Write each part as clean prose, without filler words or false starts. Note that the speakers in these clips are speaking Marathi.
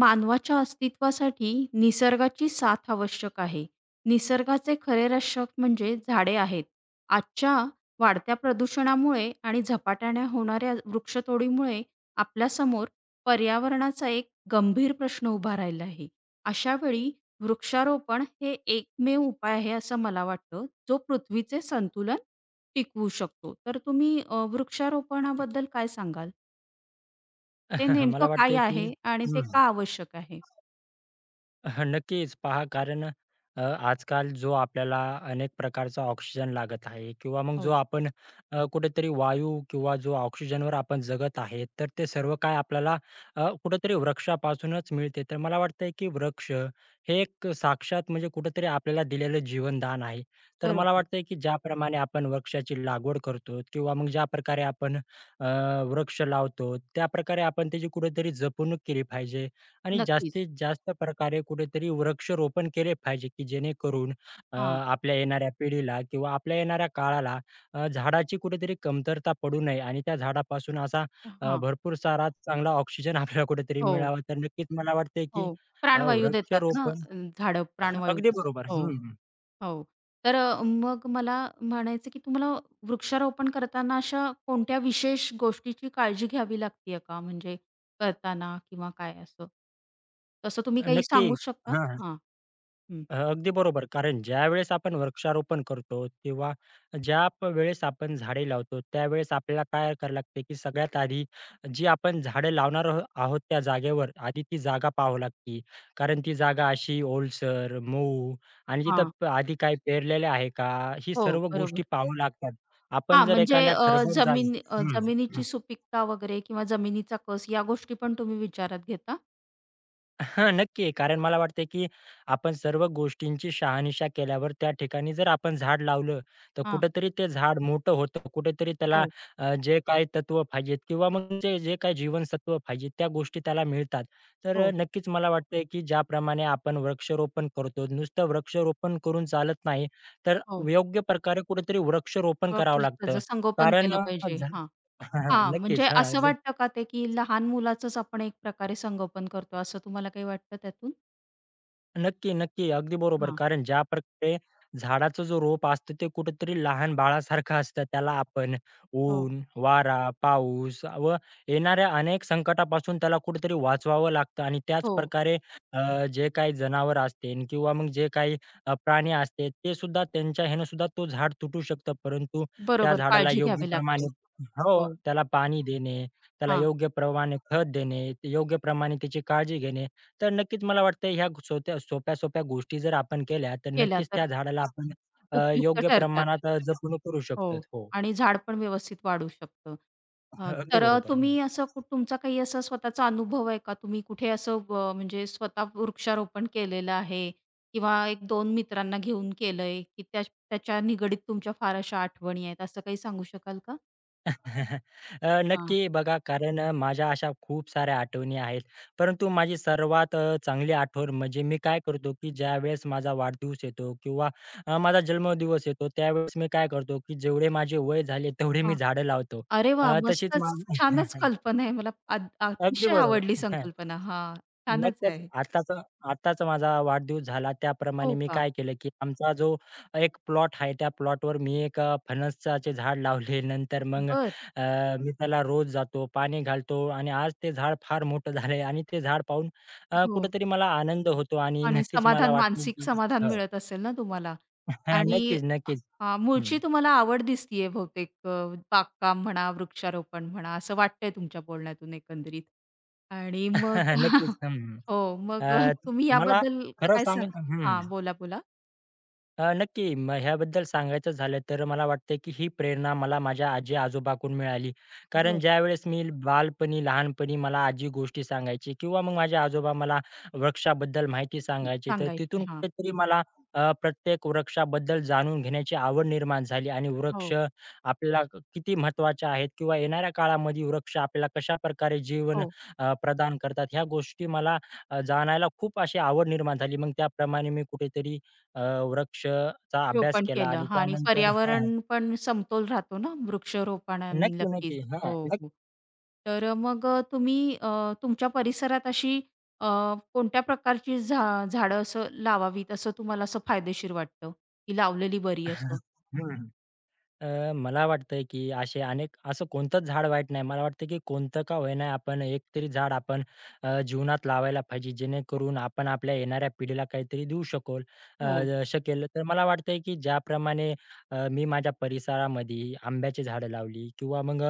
मानवाच्या अस्तित्वासाठी निसर्गाची साथ आवश्यक आहे. निसर्गाचे खरे रक्षक म्हणजे झाडे आहेत. आजच्या वाढत्या प्रदूषणामुळे आणि झपाट्याने होणाऱ्या वृक्षतोडीमुळे आपल्यासमोर पर्यावरणाचा एक गंभीर प्रश्न उभा राहिला आहे. अशा वेळी वृक्षारोपण हे एकमेव उपाय आहे असं मला वाटतं, जो पृथ्वीचे संतुलन टिकवू शकतो. तर तुम्ही वृक्षारोपणाबद्दल काय सांगाल? ते नेमकं मला काय वाटतंय की आहे आणि ते का आवश्यक आहे? हं, नक्कीच. पहा कारण आजकाल जो आपल्याला अनेक प्रकारचा ऑक्सिजन लागत आहे किंवा मग जो हो. आपण कुठेतरी वायू किंवा जो ऑक्सिजनवर आपण जगत आहे, तर ते सर्व काय आपल्याला कुठेतरी वृक्षापासूनच मिळते. तर मला वाटतंय की वृक्ष हे एक साक्षात म्हणजे कुठेतरी आपल्याला दिलेलं जीवनदान आहे. तर मला बरोबर. वाटतंय की ज्याप्रमाणे आपण वृक्षाची लागवड करतो किंवा मग ज्या प्रकारे आपण वृक्ष लावतो, त्याप्रकारे आपण त्याची कुठेतरी जपणूक केली पाहिजे. आणि नक्कीच. जास्तीत जास्त प्रकारे कुठेतरी वृक्षारोपण केले पाहिजे, की जेणेकरून हां. आपल्या येणाऱ्या पिढीला किंवा आपल्या येणाऱ्या काळाला झाडाची कुठेतरी कमतरता पडू नये आणि त्या झाडापासून असा हां. भरपूर सारा चांगला ऑक्सिजन आपल्याला कुठेतरी हो, मिळावा. तर नक्कीच मला वाटतंय, की हो. प्राणवायू देतात ना वृक्षारोपण झाडं प्राणवायू अगदी देतात. बरोबर. हो, हं, हं. हो. तर मग मला म्हणायचं की तुम्हाला वृक्षारोपण करताना अशा कोणत्या विशेष गोष्टीची काळजी घ्यावी लागतीये का? म्हणजे करताना किंवा काय असं? तसं तुम्ही काही नक्की. सांगू शकता? हां, हां. हं. अगदी बरोबर. कारण ज्यावेळेस आपण वृक्षारोपण करतो किंवा ज्या प वेळेस आपण झाडे लावतो, त्यावेळेस आपल्याला काय करायला लागते, की सगळ्यात आधी जी आपण झाडं लावणार आहो आहोत त्या जागेवर आधी ती जागा पाहावी लागते. कारण ती जागा अशी ओलसर, मऊ आणि तिथं हां. प आधी काय पेरलेलं आहे का? ही हो, सर्व गोष्टी बरोबर. पाहाव्या लागतात. आपण हां, जर म्हणजे एखाद्या खरबड जागी जमीन हं. जमिनीची सुपीकता वगैरे किंवा जमिनीचा कस या गोष्टी पण तुम्ही विचारात घेता? हां, नक्की. आहे. कारण मला वाटतंय, की आपण सर्व गोष्टींची शहानिशा केल्यावर त्या ठिकाणी जर आपण झाड लावलं, तर हां. कुठेतरी ते झाड मोठं होतं. कुठेतरी त्याला हो, जे काही तत्व पाहिजेत किंवा मग जे जे काही जीवनसत्व पाहिजेत त्या गोष्टी त्याला मिळतात. तर हो, नक्कीच मला वाटतंय, की ज्याप्रमाणे आपण वृक्षारोपण करतो, नुसतं वृक्षारोपण करून चालत नाही, तर हो. योग्य प्रकारे कुठेतरी वृक्षारोपण करावं लागतं. त्याचं संगोपन कारण केलं अ, पाहिजे. झा हां. हां, नक्कीच. म्हणजे असं हां. वाटतं का ते, की लहान मुलाचंच आपण एक प्रकारे संगोपन करतो, असं तुम्हाला काही वाटतं त्यातून? नक्की, नक्की. अगदी बरोबर. हां. कारण ज्या प्रकारे झाडाचं जो रोप असतं ते कुठेतरी लहान बाळासारखं असतं. त्याला आपण हो, ऊन, वारा, पाऊस व येणाऱ्या अनेक संकटापासून त्याला कुठेतरी वाचवावं लागतं आणि त्याच हो. प्रकारे जे काही जनावर असतील किंवा मग जे काही प्राणी असते ते सुद्धा त्यांच्या ह्यानं सुद्धा तो झाड तुटू शकतं. परंतु त्या बरोबर, झाडाला काळजी योग्य घ्यावी लागते. प्रमाणे हो, हो, त्याला पाणी देणे, त्याला हां. योग्य प्रमाणे खत देणे, योग्य प्रमाणे त्याची काळजी घेणे तर नक्कीच मला वाटतं ह्या सोप्या सोप्या-सोप्या गोष्टी जर आपण केल्या, तर केल्या नक्कीच तर त्या झाडाला हां. आपण उपयुक्त योग्य ठरतात. प्रमाणात जपणूक करू शकतो. हो. हो, आणि झाड पण व्यवस्थित वाढू शकतं. अगदी तर बरोबर. तुम्ही असं तुमचा काही असा स्वतःचा अनुभव आहे का? तुम्ही कुठे असं म्हणजे स्वतः वृक्षारोपण केलेलं आहे किंवा 1-2 मित्रांना घेऊन केलंय, की त्या त्याच्या निगडीत तुमच्या फार अशा आठवणी आहेत, असं काही सांगू शकाल का? हां. नक्की बघा कारण माझ्या अशा खूप साऱ्या आठवणी आहेत. परंतु माझी सर्वात चांगली आठवण म्हणजे मी काय करतो, की ज्यावेळेस माझा वाढदिवस येतो किंवा माझा जन्मदिवस येतो, त्यावेळेस मी काय करतो, की जेवढे माझे वय झाले तेवढे मी हां. झाडं लावतो. अरे वाह! तशीच मस्तच. माझी छानच कल्पना आहे. मला अगदी अतिशय बरोबर. आवडली संकल्पना. हां. छानच नक्कीच. आहे. आताच आताच माझा वाढदिवस झाला. त्याप्रमाणे हो मी का? काय केलं, की आमचा जो एक प्लॉट आहे, त्या प्लॉटवर मी एक फणसाचे झाड लावले. नंतर मग हं. मी त्याला रोज जातो, पाणी घालतो आणि आज ते झाड फार मोठं झालंय आणि ते झाड पाहून हो. कुठेतरी मला आनंद होतो आणि आणि नक्कीच मला समाधान, वाटते, मानसिक की समाधान हो. मिळत असेल ना तुम्हाला आणि नक्कीच, नक्कीच. हां, हं. मूळची तुम्हाला आवड दिसतीये बहुतेक बागकाम म्हणा, वृक्षारोपण म्हणा, असं वाटतंय तुमच्या बोलण्यातून एकंदरीत. आणि मग नक्कीच. हं. हो, अ, मग तुम्ही मला याबद्दल खरं काय सांगा? सांगा हं. हां, बोला, बोला. नक्की. मग ह्याबद्दल सांगायचं झालं तर मला वाटतं की ही प्रेरणा मला माझ्या आजी-आजोबाकडून मिळाली. कारण बरं, ज्यावेळेस मी बालपणी, लहानपणी मला आजी गोष्टी सांगायची किंवा मग माझे आजोबा मला वृक्षाबद्दल माहिती सांगायची. तर सांगायचे. तिथून हां. कुठेतरी मला प्रत्येक वृक्षाबद्दल जाणून घेण्याची आवड निर्माण झाली आणि वृक्ष हो, आपल्याला किती महत्त्वाचे आहेत किंवा येणाऱ्या काळामध्ये वृक्ष आपल्याला कशाप्रकारे जीवन हो. प्रदान करतात ह्या गोष्टी मला जाणायला खूप अशी आवड निर्माण झाली. मग त्याप्रमाणे मी कुठेतरी अ, वृक्षचा अभ्यास रोपण केला केलं आणि हां आणि त्यानंतर हां, पर्यावरण पण समतोल राहतो ना वृक्षरोपणाने नक्की, नक्कीच. नक्की. हां, हो, हो. नक्की. तर मग तुम्ही तुमच्या परिसरात अशी अ, कोणत्या प्रकारची झाडं असं लावावीत असं तुम्हाला असं फायदेशीर वाटतं, की लावलेली बरी हं. असं? अ, मला वाटतंय, की असे अनेक असं कोणतंच झाड वाईट नाही. मला वाटतं, की कोणतं का होईना आपण एकतरी झाड आपण जीवनात लावायला पाहिजे, जेणेकरून आपण आपल्या येणाऱ्या पिढीला काहीतरी देऊ शकल हो, शकेल. तर मला वाटतंय, की ज्याप्रमाणे मी माझ्या परिसरामध्ये आंब्याची झाडं लावली किंवा मग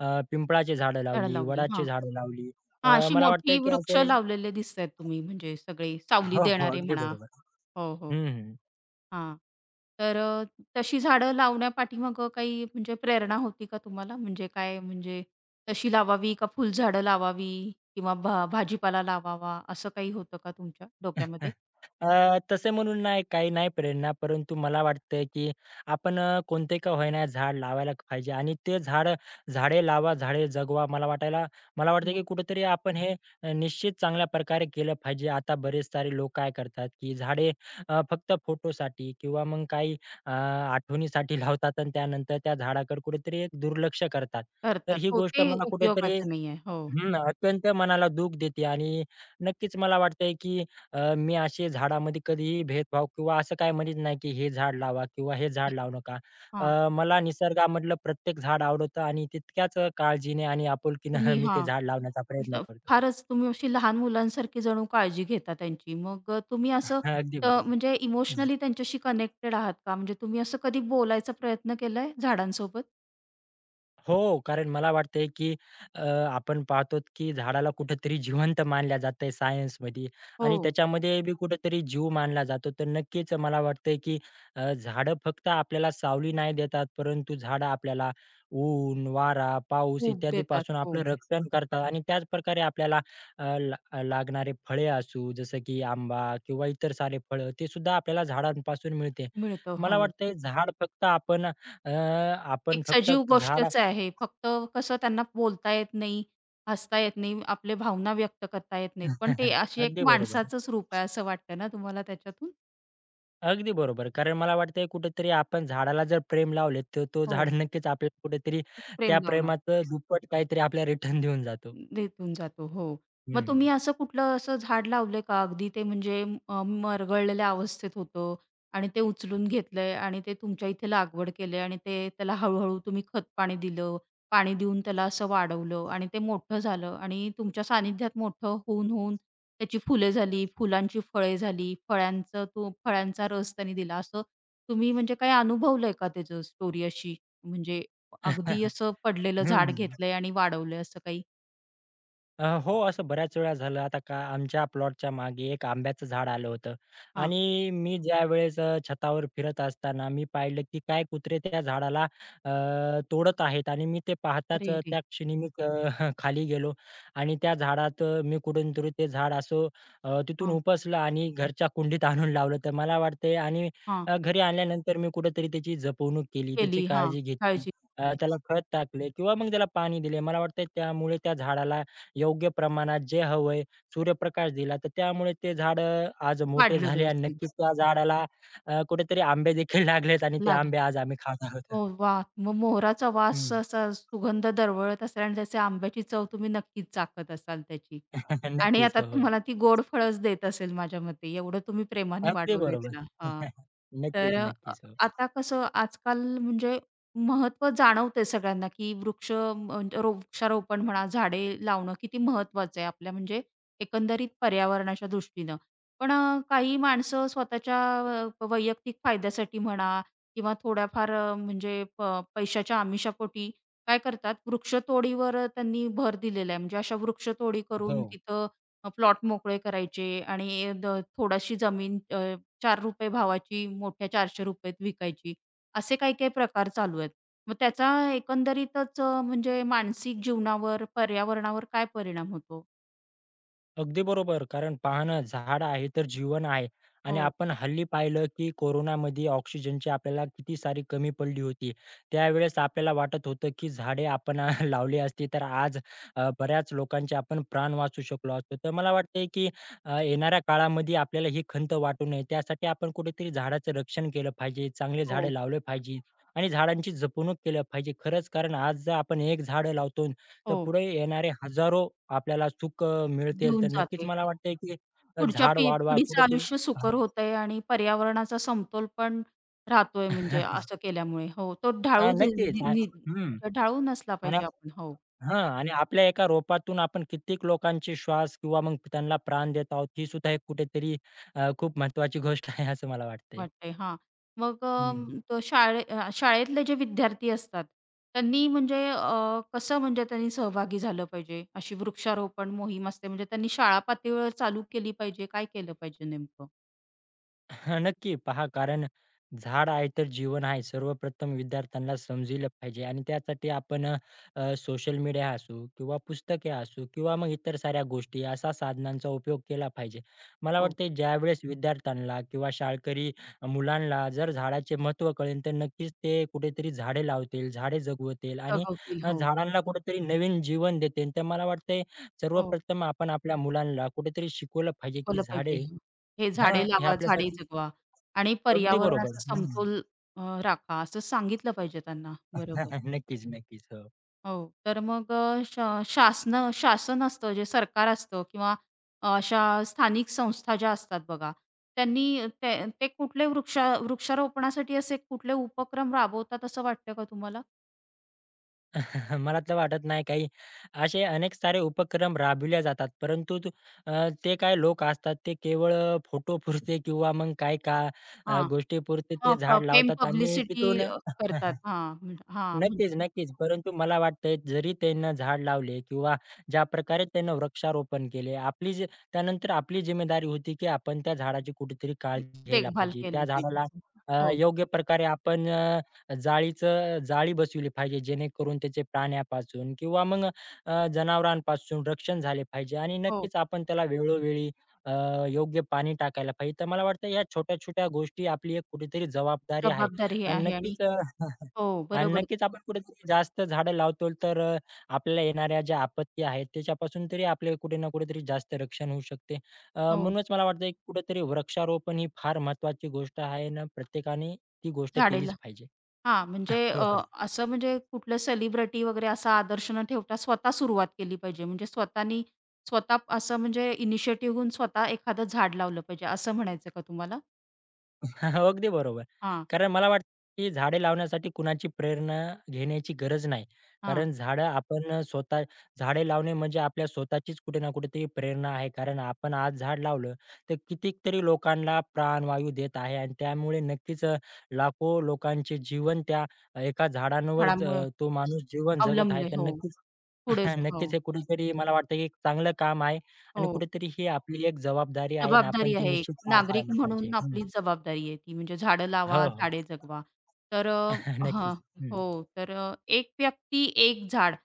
पिंपळाची झाडं झाडं लावली, लावली. हां. वडाची झाडं लावली. हां, अशी मला वाटतंय, मोठी की वृक्ष असे लावलेले दिसतायत तुम्ही म्हणजे सगळे सावली हो, हो. देणारे अगदी म्हणा. बरोबर. हो, हो. हं, हं. हां. तर तशी झाडं लावण्यापाठी मग काही म्हणजे प्रेरणा होती का तुम्हाला? म्हणजे काय म्हणजे तशी लावावी का फुलझाडं लावावी किंवा भाजीपाला लावावा असं काही होतं का तुमच्या डोक्यामध्ये? तसे म्हणून नाही, काही नाही प्रेरणा, परंतु मला वाटतंय, की आपण कोणते का होईना झाड लावायला पाहिजे आणि ते झाड झाडे लावा, झाडे जगवा. मला वाटतं, हो. की कुठेतरी आपण हे निश्चित चांगल्या प्रकारे केलं पाहिजे. आता बरेच सारे लोक काय करतात, की झाडे फक्त फोटोसाठी किंवा मग काही आठवणीसाठी लावतात आणि त्यानंतर त्या झाडाकडे कुठेतरी एक दुर्लक्ष करतात. तर करतात. ही हो, गोष्ट ते मला कुठेतरी उपयोगाचं नाहीये. हो. हं, अत्यंत मनाला दुःख देते आणि नक्कीच मला वाटतंय, की मी असे झाडामध्ये कधीही भेदभाव किंवा असं काही म्हणत नाही, की हे झाड लावा किंवा हे झाड लावू नका. हां. मला निसर्गामधलं प्रत्येक झाड आवडतं आणि तितक्याच काळजीने आणि आपुलकीनं तुम्ही मी ते हां. झाड लावण्याचा प्रयत्न अ, करतो. फारच तुम्ही अशी लहान मुलांसारखी जणू काळजी घेता त्यांची. मग तुम्ही असं अगदी बरोबर. म्हणजे हं. इमोशनली त्यांच्याशी कनेक्टेड आहात का? म्हणजे तुम्ही असं कधी बोलायचा प्रयत्न केलाय झाडांसोबत? हो, कारण मला वाटतंय, की अ, आपण पाहतो, की झाडाला कुठेतरी जिवंत मानलं जातंय सायन्समध्ये हो. आणि त्याच्यामध्ये बी कुठेतरी जीव मानला जातो. तर नक्कीच मला वाटतंय, की झाडं फक्त आपल्याला सावली नाही देतात, परंतु झाडं आपल्याला ऊन, वारा, पाऊस ऊब देतात. इत्यादीपासून हो. आपलं रक्षण करतात आणि त्याचप्रकारे आपल्याला अ, ला लागणारे फळे असू, जसं की आंबा किंवा इतर सारे फळं, ते सुद्धा आपल्याला झाडांपासून मिळते. मिळतो. हो. मला वाटतंय झाड फक्त आपण आपण एक फक्त सजीव झाड गोष्टच आहे. फक्त कसं त्यांना बोलता येत नाही, हसता येत नाही, आपले भावना व्यक्त करता येत नाहीत. पण ते अशी एक अगदी बरोबर. माणसाचंच रूप आहे असं वाटतं ना तुम्हाला त्याच्यातून? अगदी बरोबर. कारण मला वाटतंय कुठेतरी आपण झाडाला जर प्रेम लावले, तर तो झाड हो. नक्कीच आपल्याला कुठेतरी खूप त्या प्रेम लावणार. प्रेमाचं दुप्पट काहीतरी आपल्याला रिटर्न देऊन जातो. रेटून जातो. हो. मग हं. तुम्ही असं कुठलं असं झाड लावलंय का? अगदी ते म्हणजे मरगळलेल्या अवस्थेत होतं आणि ते उचलून घेतलंय आणि ते तुमच्या इथे लागवड केली आणि ते त्याला हळू-हळू तुम्ही खत-पाणी दिलं, पाणी देऊन त्याला असं वाढवलं आणि ते मोठं झालं आणि तुमच्या सानिध्यात मोठं होऊन-होऊन त्याची फुले झाली, फुलांची फळे झाली, फळ्यांचं तो फळ्यांचा रस त्यांनी दिला. असं तुम्ही म्हणजे काही अनुभवलंय का त्याचं स्टोरी अशी? म्हणजे हं, अगदी असं पडलेलं झाड घेतलंय आणि वाढवलंय असं काही? हो, असं बऱ्याच वेळा झालं. आता का आमच्या प्लॉटच्या मागे एक आंब्याचं झाड आलं होतं आणि मी ज्यावेळेस छतावर फिरत असताना मी पाहिलं, की काय कुत्रे त्या झाडाला तोडत आहेत आणि मी ते पाहताच अरे रे! त्या क्षणी मी खाली गेलो आणि त्या झाडात मी कुठूनतरी ते झाड असं तिथून हां, उपसलं आणि घरच्या कुंडीत आणून लावलं. तर मला वाटतंय आणि हां. घरी आणल्यानंतर मी कुठेतरी त्याची जपवणूक केली, त्याची केली. हां, काळजी घेतली. काळजी घेतली. त्याला खत टाकले किंवा मग त्याला पाणी दिले. मला वाटतंय त्यामुळे त्या झाडाला योग्य प्रमाणात जे हवंय सूर्यप्रकाश दिला, तर त्यामुळे ते झाड आज मोठे वाढलं झाले आणि व्यवस्थित. नक्कीच त्या झाडाला कुठेतरी आंबे देखील लागलेत आणि ते लागलं. आंबे आज आम्ही खात आहोत. हो, वाह! मग मोहराचा हं. वास असा सुगंध दरवळत असेल आणि त्याचे आंब्याची चव तुम्ही नक्कीच चाखत असाल त्याची. आणि नक्कीच. आता हो, हो. तुम्हाला ती गोड फळच देत असेल माझ्या मते, एवढं तुम्ही प्रेमाने अगदी वाढवलंय बरोबर. त्याला. हां. तर नक्कीच, नक्कीच. हो. आता कसं आजकाल म्हणजे महत्त्व जाणवतंय सगळ्यांना, की वृक्ष म्हणजे वृक्षारोपण म्हणा, झाडे लावणं किती महत्त्वाचं आहे आपल्या म्हणजे एकंदरीत पर्यावरणाच्या दृष्टीनं. पण काही माणसं स्वतःच्या वैयक्तिक फायद्यासाठी म्हणा किंवा थोड्याफार म्हणजे पैशाच्या आमिषापोटी काय करतात, वृक्षतोडीवर त्यांनी भर दिलेला आहे. म्हणजे अशा वृक्षतोडी करून हो. तिथं प्लॉट मोकळे करायचे आणि थोडीशी जमीन ₹4 भावाची मोठ्या ₹400त विकायची. असे काही-काही प्रकार चालू आहेत. मग त्याचा एकंदरीतच म्हणजे मानसिक जीवनावर, पर्यावरणावर काय परिणाम होतो? अगदी बरोबर. कारण पहा ना, झाड आहे तर जीवन आहे. आणि हो, आपण हल्ली पाहिलं, की कोरोनामध्ये ऑक्सिजनची आपल्याला किती सारी कमी पडली होती. त्यावेळेस आपल्याला वाटत होतं, की झाडे आपण लावली असती तर आज बऱ्याच लोकांचे आपण प्राण वाचवू शकलो असतो. तर मला वाटतंय, की येणाऱ्या काळामध्ये आपल्याला ही खंत वाटू नये, त्यासाठी आपण कुठेतरी झाडाचं रक्षण केलं पाहिजे, चांगले हो, झाडे लावले पाहिजे आणि झाडांची जपणूक केली पाहिजे. खरंच कारण आज जर आपण एक झाडं लावतो तर हो. पुढे येणारे हजारो आपल्याला सुख मिळतील. तर देऊन नक्कीच जाते. मला वाटतंय की पुढच्या झाड वाढवा पिढीचं कुठेतरी आयुष्य हां. सुकर होतंय आणि पर्यावरणाचा समतोल पण राहतोय म्हणजे हां, असं केल्यामुळे. हो, तो ढाळू नि नक्कीच. नि हां, नि- हं. म्हणजे ढाळू नसला आणि पाहिजे आपण. हो, हां, आणि आपल्या एका रोपातून आपण कित्येक लोकांचे श्वास किंवा मग त्यांना प्राण देत आहोत, ही सुद्धा एक कुठेतरी खूप महत्त्वाची गोष्ट आहे असं मला वाटतंय. वाटतंय. हां. मग हं. तो शाळेतले जे विद्यार्थी असतात, त्यांनी म्हणजे कसं म्हणजे त्यांनी सहभागी झालं पाहिजे? अशी वृक्षारोपण मोहीम असते म्हणजे त्यांनी शाळा पातळीवर चालू केली पाहिजे, काय केलं पाहिजे नेमकं? हां, नक्की. पहा कारण झाड आहे तर जीवन आहे. सर्वप्रथम विद्यार्थ्यांना समजलं पाहिजे आणि त्यासाठी आपण अ, अ, सोशल मीडिया असू किंवा पुस्तके असू किंवा मग इतर साऱ्या गोष्टी असा साधनांचा उपयोग केला पाहिजे. मला हो, वाटतंय ज्यावेळेस विद्यार्थ्यांना किंवा शाळकरी मुलांना जर झाडाचे महत्त्व कळेल तर नक्कीच ते कुठेतरी झाडे लावतील, झाडे जगवतील आणि जगवतील. हो, झाडांना कुठेतरी नवीन जीवन देतील. तर मला वाटतंय हो. सर्वप्रथम आपण आपल्या मुलांना कुठेतरी शिकवलं पाहिजे की शिकवलं पाहिजे. झाडे हे हां, झाडे हे लावा, झाडे आपल्यासाठी जगवा आणि अगदी बरोबर. पर्यावरणाचा हं. समतोल राखा असं सांगितलं पाहिजे त्यांना. बरोबर. नक्कीच, नक्कीच. हो. हो. तर मग श शासन शासन असतं जे सरकार असतं किंवा अशा स्थानिक संस्था ज्या असतात बघा, त्यांनी ते ते कुठले वृक्षारोपणासाठी असे कुठले उपक्रम राबवतात असं वाटतं का तुम्हाला? मला तर वाटत नाही काही असे अनेक सारे उपक्रम राबविले जातात. परंतु तू ते काय लोक असतात ते केवळ फोटोपुरते किंवा मग काय का हां. गोष्टीपुरते ते हां. झाड फेम लावतात आणि पब्लिसिटी तिथून करतात. हां. हां. म्हणजे नक्कीच, नक्कीच. परंतु मला वाटतंय जरी त्यांना झाड लावले किंवा ज्या प्रकारे त्यांना वृक्षारोपण केले, आपली जी त्यानंतर आपली जिम्मेदारी होती, की आपण त्या झाडाची कुठेतरी काळजी घ्यायला देखभाल पाहिजे. त्या केली पाहिजे. झाडाला हो. योग्य प्रकारे आपण जाळी बसवली पाहिजे, जेणेकरून त्याचे प्राण्यापासून किंवा मग जनावरांपासून रक्षण झाले पाहिजे आणि हो. नक्कीच आपण त्याला वेळोवेळी अ, योग्य पाणी टाकायला पाहिजे. तर मला वाटतं या छोट्या-छोट्या गोष्टी आपली एक कुठेतरी जबाबदारी आहे जबाबदारी आणि आहे आणि नक्कीच अ हो, आणि बरोबर. नक्कीच आपण कुठेतरी जास्त झाडं लावतो तर आपल्याला येणाऱ्या ज्या आपत्ती आहेत त्याच्यापासून तरी आपले कुठे ना कुठेतरी जास्त रक्षण होऊ शकते. हो, म्हणूनच मला वाटतं कुठेतरी वृक्षारोपण ही फार महत्त्वाची गोष्ट आहे आणि प्रत्येकाने ती गोष्ट केलीच झाडेला पाहिजे. हां, म्हणजे हो, हो. असं म्हणजे कुठलं सेलिब्रिटी वगैरे असा आदर्श न ठेवता स्वतः सुरुवात केली पाहिजे. म्हणजे स्वतःनी स्वतः असं म्हणजे इनिशिएटिव्ह घेऊन स्वतः एखादं झाड लावलं पाहिजे, असं म्हणायचं का तुम्हाला? अगदी बरोबर. हां, कारण मला वाटतं, की झाडे लावण्यासाठी कुणाची प्रेरणा घेण्याची गरज नाही. हां. कारण झाडं आपण स्वतः झाडे लावणे म्हणजे आपल्या स्वतःचीच कुठे ना कुठेतरी प्रेरणा आहे. कारण आपण आज झाड लावलं, तर कितीतरी लोकांना प्राणवायू देत आहे आणि त्यामुळे नक्कीच लाखो लोकांचे जीवन त्या एका झाडांवर झाडामुळे तो माणूस जीवन जगत आहे. अवलंबले. तर हो, नक्कीच पुढे हो, नक्कीच हे कुठेतरी मला वाटतं, की एक चांगलं काम आहे आणि हो. कुठेतरी ही आपली एक जबाबदारी आहे आणि आपण जबाबदारी ती आहे. एक. निश्चित पार नागरिक पाडायला पाहिजे. म्हणून हं. आपली जबाबदारी आहे ती म्हणजे झाडं लावा, हो, हो. झाडे जगवा. तर हां, नक्कीच. हं. हो. तर एक व्यक्ती एक झाड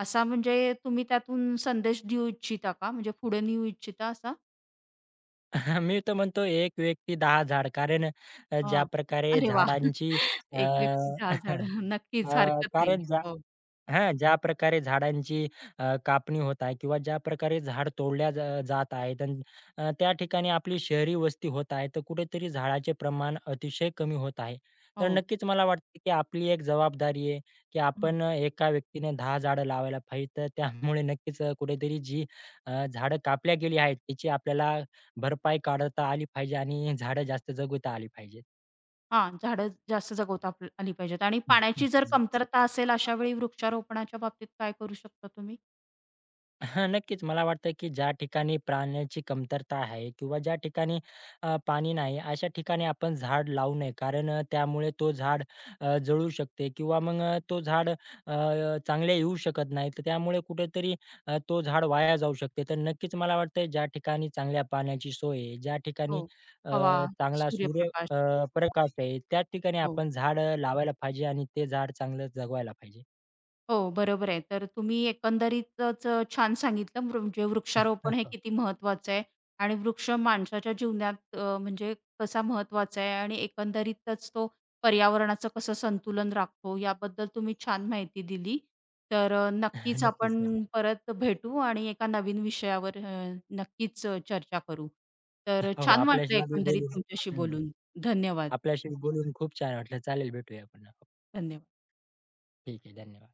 असा म्हणजे तुम्ही त्यातून संदेश देऊ इच्छिता का? म्हणजे पुढे नेऊ इच्छिता असा? मी तर म्हणतो एक व्यक्ती 10 झाड. कारण ज्या हां. प्रकारे अरे वाह! झाडांची अ, एक व्यक्ती 10 झाडं. नक्कीच अ, हरकत नाही. कारण हो, हां, ज्या प्रकारे झाडांची कापणी होत आहे किंवा ज्या प्रकारे झाड तोडल्या जात आहेत आणि त्या ठिकाणी आपली शहरी वस्ती होत आहे, तर कुठेतरी झाडाचे प्रमाण अतिशय कमी होत आहे. तर हो. नक्कीच मला वाटतं, की आपली एक जबाबदारी आहे, की हं. आपण एका व्यक्तीने 10 झाडं लावायला पाहिजे. तर त्यामुळे नक्कीच कुठेतरी जी झाडं कापल्या गेली आहेत, त्याची आपल्याला भरपाई काढता आली पाहिजे आणि झाडं जास्त जगवता आली पाहिजेत. हां, झाडं जास्त जगवता आली पाहिजेत आणि हं, पाण्याची जर कमतरता असेल अशा वेळी वृक्षारोपणाच्या बाबतीत काय करू शकता तुम्ही? हां, नक्कीच. मला वाटतं, की ज्या ठिकाणी प्राण्याची कमतरता आहे किंवा ज्या ठिकाणी पाणी नाही, अशा ठिकाणी आपण झाड लावू नये. कारण त्यामुळे तो झाड जळू शकते किंवा मग तो झाड चांगले येऊ शकत नाही. तर त्यामुळे कुठेतरी तो झाड वाया जाऊ शकते. तर नक्कीच मला वाटतं, ज्या ठिकाणी चांगल्या पाण्याची सोय आहे, ज्या ठिकाणी हो. अ, हवा, चांगला सूर्यप्रकाश. प्रकाश आहे, त्या ठिकाणी हो. आपण झाड लावायला पाहिजे आणि ते झाड चांगलं जगवायला पाहिजे. हो, बरोबर आहे. तर तुम्ही एकंदरीतच छान सांगितलं म्हणजे वृक्षारोपण हे किती महत्त्वाचं आहे आणि वृक्ष माणसाच्या जीवनात म्हणजे कसा महत्त्वाचा आहे आणि एकंदरीतच तो पर्यावरणाचं कसं संतुलन राखतो याबद्दल तुम्ही छान माहिती दिली. तर नक्कीच नक्कीच. आपण परत भेटू आणि एका नवीन विषयावर नक्कीच चर्चा करू. तर हो, हो. छान वाटलं आपल्याला बी एकंदरीत बोलून तुमच्याशी हं. बोलून. धन्यवाद. आपल्याशी बोलून खूप छान वाटलं. चालेल भेटूया पुन्हा. धन्यवाद. ठीक आहे. धन्यवाद.